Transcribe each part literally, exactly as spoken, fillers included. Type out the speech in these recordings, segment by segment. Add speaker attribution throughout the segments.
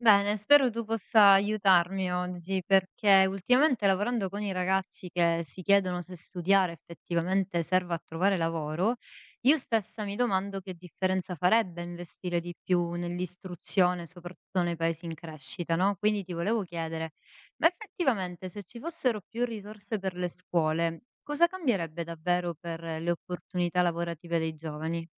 Speaker 1: Bene, spero tu possa aiutarmi oggi perché ultimamente lavorando con i ragazzi che si chiedono se studiare effettivamente serva a trovare lavoro, io stessa mi domando che differenza farebbe investire di più nell'istruzione, soprattutto nei paesi in crescita, no? Quindi ti volevo chiedere, ma effettivamente se ci fossero più risorse per le scuole, cosa cambierebbe davvero per le opportunità lavorative dei giovani?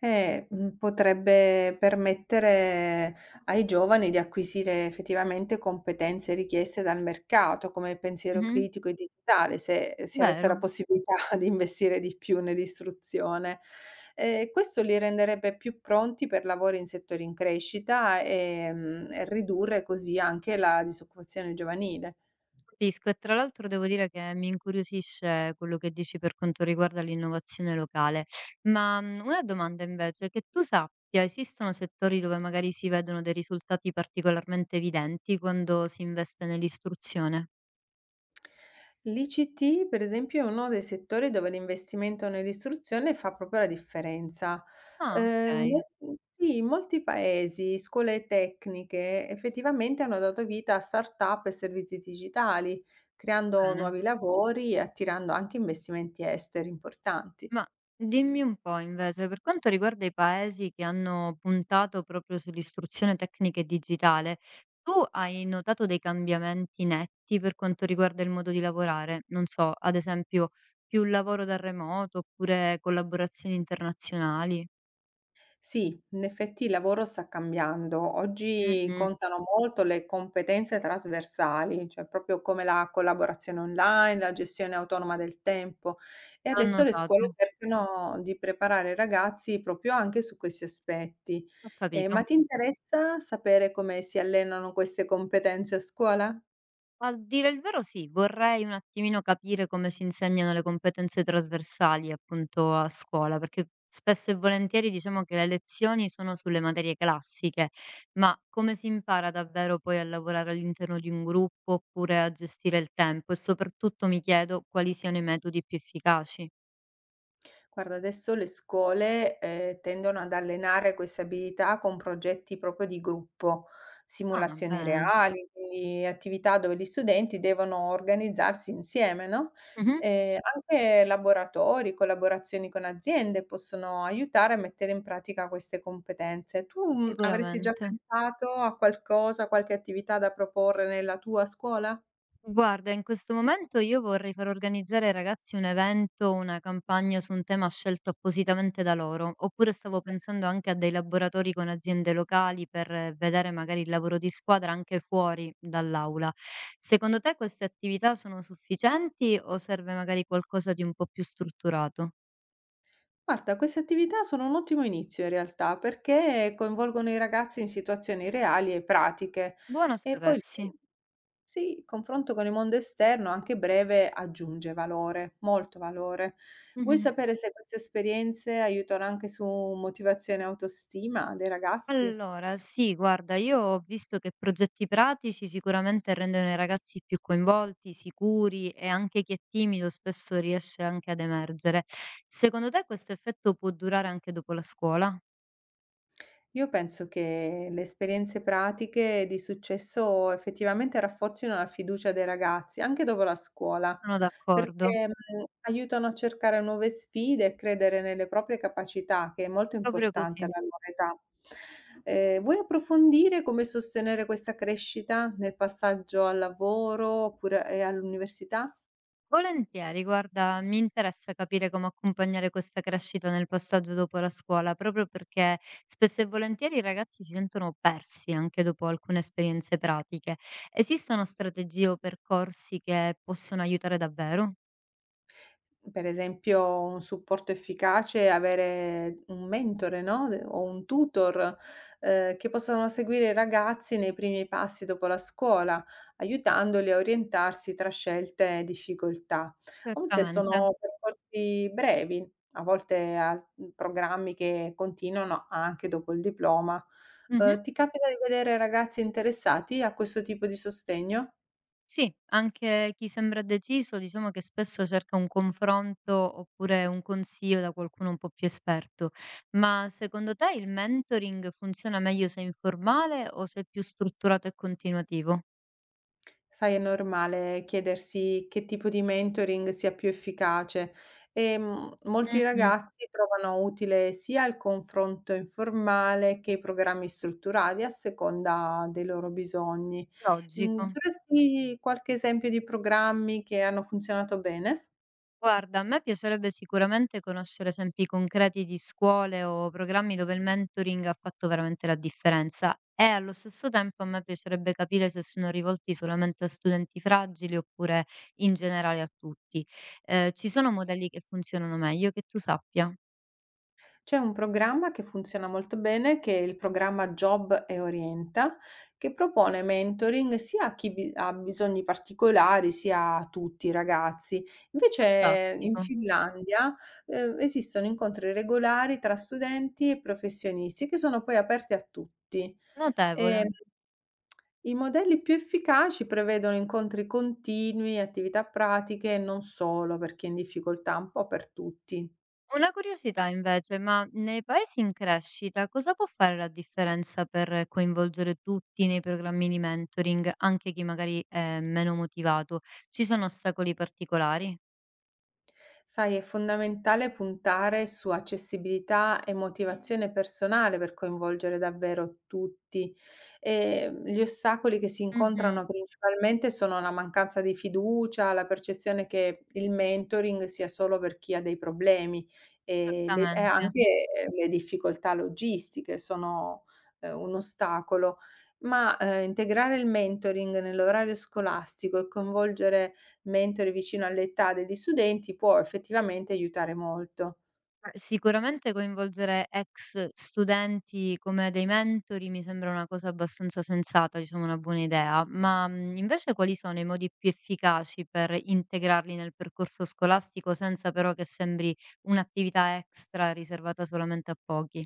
Speaker 2: Eh, mhmm, Potrebbe permettere ai giovani di acquisire effettivamente competenze richieste dal mercato, come il pensiero
Speaker 1: Mhm.
Speaker 2: critico e digitale, se si avesse
Speaker 1: Vero?
Speaker 2: la possibilità di investire di più nell'istruzione. Ehm, questo li renderebbe più pronti per lavori in settori in crescita, ehm, e ridurre così anche la disoccupazione giovanile.
Speaker 1: Capisco, e tra l'altro devo dire che mi incuriosisce quello che dici per quanto riguarda l'innovazione locale. Ma, mhmm, una domanda invece: che tu sappia, esistono settori dove magari si vedono dei risultati particolarmente evidenti quando si investe nell'istruzione?
Speaker 2: L'I C T, per esempio, è uno dei settori dove l'investimento nell'istruzione fa proprio la differenza.
Speaker 1: Ah,
Speaker 2: Ehm,
Speaker 1: okay,
Speaker 2: mol Sì, in molti paesi scuole tecniche effettivamente hanno dato vita a start-up e servizi digitali, creando
Speaker 1: bene.
Speaker 2: nuovi lavori e attirando anche investimenti esteri importanti.
Speaker 1: Ma dimmi un po' invece, per quanto riguarda i paesi che hanno puntato proprio sull'istruzione tecnica e digitale, tu hai notato dei cambiamenti netti per quanto riguarda il modo di lavorare? Non so, ad esempio, più lavoro da remoto oppure collaborazioni internazionali?
Speaker 2: Sì, in effetti il lavoro sta cambiando. Oggi
Speaker 1: Mh-mh.
Speaker 2: contano molto le competenze trasversali, cioè proprio come la collaborazione online, la gestione autonoma del tempo, e
Speaker 1: L'ho
Speaker 2: adesso le scuole
Speaker 1: notato,
Speaker 2: cercano di preparare i ragazzi proprio anche su questi aspetti.
Speaker 1: ho
Speaker 2: Ehm, ma
Speaker 1: capito.
Speaker 2: ti interessa sapere come si allenano queste competenze a scuola?
Speaker 1: A dire il vero sì, vorrei un attimino capire come si insegnano le competenze trasversali appunto a scuola, perché spesso e volentieri diciamo che le lezioni sono sulle materie classiche, ma come si impara davvero poi a lavorare all'interno di un gruppo oppure a gestire il tempo? E soprattutto mi chiedo quali siano i metodi più efficaci.
Speaker 2: Guarda, adesso le scuole, ehm, tendono ad allenare queste abilità con progetti proprio di gruppo,
Speaker 1: Ah,
Speaker 2: simulazioni
Speaker 1: bene.
Speaker 2: reali, quindi attività dove gli studenti devono organizzarsi insieme, no,
Speaker 1: Mhm.
Speaker 2: ehm, anche laboratori, collaborazioni con aziende possono aiutare a mettere in pratica queste competenze. Tu, mhmm, avresti già
Speaker 1: Sicuramente.
Speaker 2: pensato a qualcosa, qualche attività da proporre nella tua scuola?
Speaker 1: Guarda, in questo momento io vorrei far organizzare ai ragazzi un evento, una campagna su un tema scelto appositamente da loro, oppure stavo pensando anche a dei laboratori con aziende locali per eh, vedere magari il lavoro di squadra anche fuori dall'aula. Secondo te queste attività sono sufficienti o serve magari qualcosa di un po' più strutturato?
Speaker 2: Guarda, queste attività sono un ottimo inizio in realtà, perché coinvolgono i ragazzi in situazioni reali e pratiche,
Speaker 1: Buono a
Speaker 2: e poi il
Speaker 1: sapersi.
Speaker 2: co- sì, il confronto con il mondo esterno, anche breve, aggiunge valore, molto valore. Vuoi sapere se queste esperienze aiutano anche su motivazione e autostima dei ragazzi?
Speaker 1: Allora, sì, guarda, io ho visto che progetti pratici sicuramente rendono i ragazzi più coinvolti, sicuri e anche chi è timido spesso riesce anche ad emergere. Secondo te questo effetto può durare anche dopo la scuola?
Speaker 2: Io penso che le esperienze pratiche di successo effettivamente rafforzino la fiducia dei ragazzi, anche dopo la scuola,
Speaker 1: Sono d'accordo,
Speaker 2: perché, mhmm, aiutano a cercare nuove sfide e credere nelle proprie capacità, che è molto
Speaker 1: proprio
Speaker 2: importante
Speaker 1: così.
Speaker 2: alla loro età. Ehm, vuoi approfondire come sostenere questa crescita nel passaggio al lavoro oppure e all'università?
Speaker 1: Volentieri, guarda, mi interessa capire come accompagnare questa crescita nel passaggio dopo la scuola, proprio perché spesso e volentieri i ragazzi si sentono persi anche dopo alcune esperienze pratiche. Esistono strategie o percorsi che possono aiutare davvero?
Speaker 2: Per esempio un supporto efficace, avere un mentore, no, de o un tutor, ehm, che possano seguire i ragazzi nei primi passi dopo la scuola, aiutandoli a orientarsi tra scelte e difficoltà. A volte
Speaker 1: Certamente.
Speaker 2: sono percorsi brevi, a volte a mhmm, programmi che continuano anche dopo il diploma. Uhm, ti capita di vedere ragazzi interessati a questo tipo di sostegno?
Speaker 1: Sì, anche chi sembra deciso, diciamo che spesso cerca un confronto oppure un consiglio da qualcuno un po' più esperto. Ma secondo te il mentoring funziona meglio se è informale o se è più strutturato e continuativo?
Speaker 2: Sai, è normale chiedersi che tipo di mentoring sia più efficace. Ehm, molti
Speaker 1: Mh-mh,
Speaker 2: ragazzi trovano utile sia il confronto informale che i programmi strutturati a seconda dei loro bisogni. Mhmm,
Speaker 1: logico.
Speaker 2: dovresti qualche esempio di programmi che hanno funzionato bene?
Speaker 1: Guarda, a me piacerebbe sicuramente conoscere esempi concreti di scuole o programmi dove il mentoring ha fatto veramente la differenza e allo stesso tempo a me piacerebbe capire se sono rivolti solamente a studenti fragili oppure in generale a tutti. Eh, ci sono modelli che funzionano meglio, che tu sappia.
Speaker 2: C'è un programma che funziona molto bene, che è il programma Job e Orienta, che propone mentoring sia a chi bi- ha bisogni particolari, sia a tutti i ragazzi. Invece eh, in
Speaker 1: Fantastico,
Speaker 2: Finlandia, eh, esistono incontri regolari tra studenti e professionisti che sono poi aperti a tutti.
Speaker 1: notevole.
Speaker 2: E i modelli più efficaci prevedono incontri continui, attività pratiche, non solo per chi è in difficoltà, un po' per tutti.
Speaker 1: Una curiosità invece, ma nei paesi in crescita cosa può fare la differenza per coinvolgere tutti nei programmi di mentoring, anche chi magari è meno motivato? Ci sono ostacoli particolari?
Speaker 2: Sai, è fondamentale puntare su accessibilità e motivazione personale per coinvolgere davvero tutti. Ehm, gli ostacoli che si
Speaker 1: Mh-mh,
Speaker 2: incontrano principalmente sono la mancanza di fiducia, la percezione che il mentoring sia solo per chi ha dei problemi e, le- e
Speaker 1: esattamente.
Speaker 2: anche eh, le difficoltà logistiche sono eh, un ostacolo. Ma eh, integrare il mentoring nell'orario scolastico e coinvolgere mentore vicino all'età degli studenti può effettivamente aiutare molto.
Speaker 1: Eh, sicuramente coinvolgere ex studenti come dei mentori mi sembra una cosa abbastanza sensata, diciamo una buona idea, ma mh, invece quali sono i modi più efficaci per integrarli nel percorso scolastico senza però che sembri un'attività extra riservata solamente a pochi?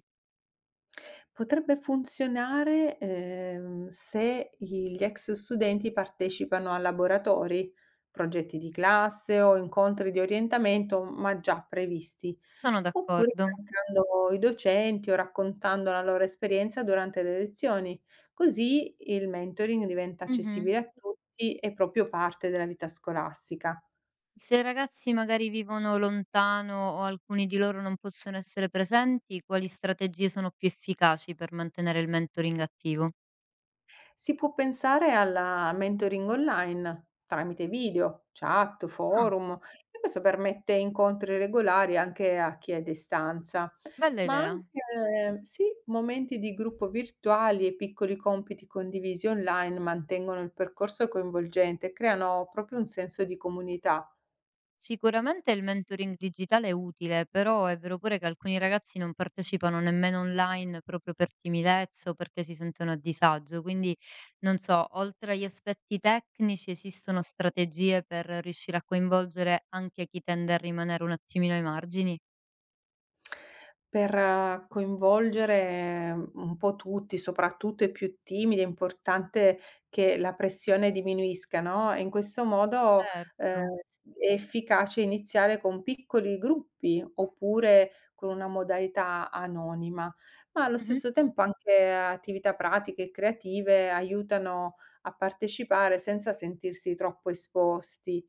Speaker 2: Potrebbe funzionare, ehm, se i gli ex studenti partecipano a laboratori, progetti di classe o incontri di orientamento, ma già previsti,
Speaker 1: Sono
Speaker 2: oppure
Speaker 1: d'accordo.
Speaker 2: affiancando i docenti o raccontando la loro esperienza durante le lezioni. Così il mentoring diventa
Speaker 1: Mhm.
Speaker 2: accessibile a tutti e proprio parte della vita scolastica.
Speaker 1: Se i ragazzi magari vivono lontano o alcuni di loro non possono essere presenti, quali strategie sono più efficaci per mantenere il mentoring attivo?
Speaker 2: Si può pensare alla mentoring online tramite video, chat,
Speaker 1: Ah,
Speaker 2: forum, e questo permette incontri regolari anche a chi è a distanza,
Speaker 1: bella
Speaker 2: ma
Speaker 1: idea.
Speaker 2: anche eh, sì, momenti di gruppo virtuali e piccoli compiti condivisi online mantengono il percorso coinvolgente e creano proprio un senso di comunità.
Speaker 1: Sicuramente il mentoring digitale è utile, però è vero pure che alcuni ragazzi non partecipano nemmeno online proprio per timidezza o perché si sentono a disagio. Quindi, non so, oltre agli aspetti tecnici, esistono strategie per riuscire a coinvolgere anche chi tende a rimanere un attimino ai margini?
Speaker 2: Per eh, coinvolgere mm, un po' tutti, soprattutto i più timidi, è importante che la pressione diminuisca, no, e in questo modo, ehm,
Speaker 1: Certo.
Speaker 2: s è efficace iniziare con piccoli gruppi, oppure con una modalità anonima, ma allo
Speaker 1: Mhm,
Speaker 2: stesso tempo anche attività pratiche e creative aiutano a partecipare senza sentirsi troppo esposti.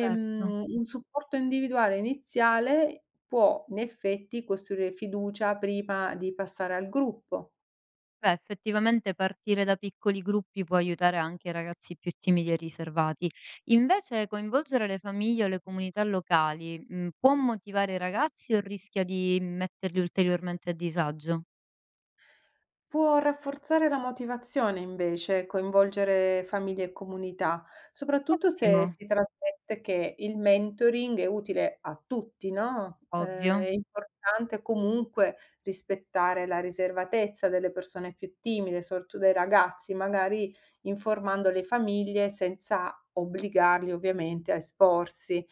Speaker 1: certo.
Speaker 2: Un supporto individuale iniziale può in effetti costruire fiducia prima di passare al gruppo.
Speaker 1: Beh, effettivamente partire da piccoli gruppi può aiutare anche i ragazzi più timidi e riservati. Invece, coinvolgere le famiglie o le comunità locali, mm, può motivare i ragazzi o rischia di metterli ulteriormente a disagio?
Speaker 2: Può rafforzare la motivazione invece, coinvolgere famiglie e comunità, soprattutto
Speaker 1: Ottimo,
Speaker 2: se si trasmette che il mentoring è utile a tutti, no?
Speaker 1: ovvio,
Speaker 2: Eh, è importante comunque rispettare la riservatezza delle persone più timide, soprattutto dei ragazzi, magari informando le famiglie senza obbligarli ovviamente a esporsi.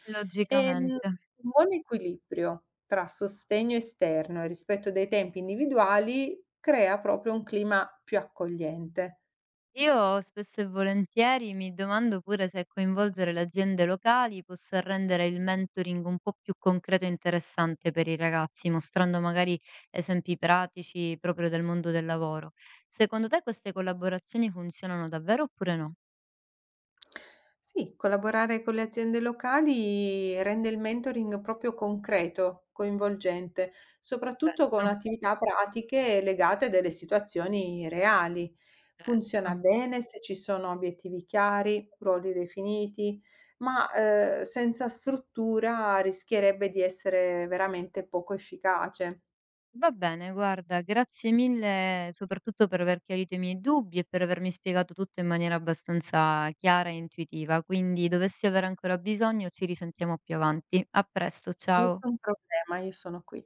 Speaker 2: Ehm
Speaker 1: logicamente.
Speaker 2: Un buon equilibrio tra sostegno esterno e rispetto dei tempi individuali crea proprio un clima più accogliente.
Speaker 1: Io spesso e volentieri mi domando pure se coinvolgere le aziende locali possa rendere il mentoring un po' più concreto e interessante per i ragazzi, mostrando magari esempi pratici proprio del mondo del lavoro. Secondo te queste collaborazioni funzionano davvero oppure no?
Speaker 2: Sì, collaborare con le aziende locali rende il mentoring proprio concreto, coinvolgente, soprattutto con
Speaker 1: Certo,
Speaker 2: attività pratiche legate a delle situazioni reali. Funziona
Speaker 1: certo.
Speaker 2: bene se ci sono obiettivi chiari, ruoli definiti, ma eh, senza struttura rischierebbe di essere veramente poco efficace.
Speaker 1: Va bene, guarda, grazie mille soprattutto per aver chiarito i miei dubbi e per avermi spiegato tutto in maniera abbastanza chiara e intuitiva. Quindi, dovessi avere ancora bisogno, ci risentiamo più avanti. A presto, ciao.
Speaker 2: Nessun problema, io sono qui.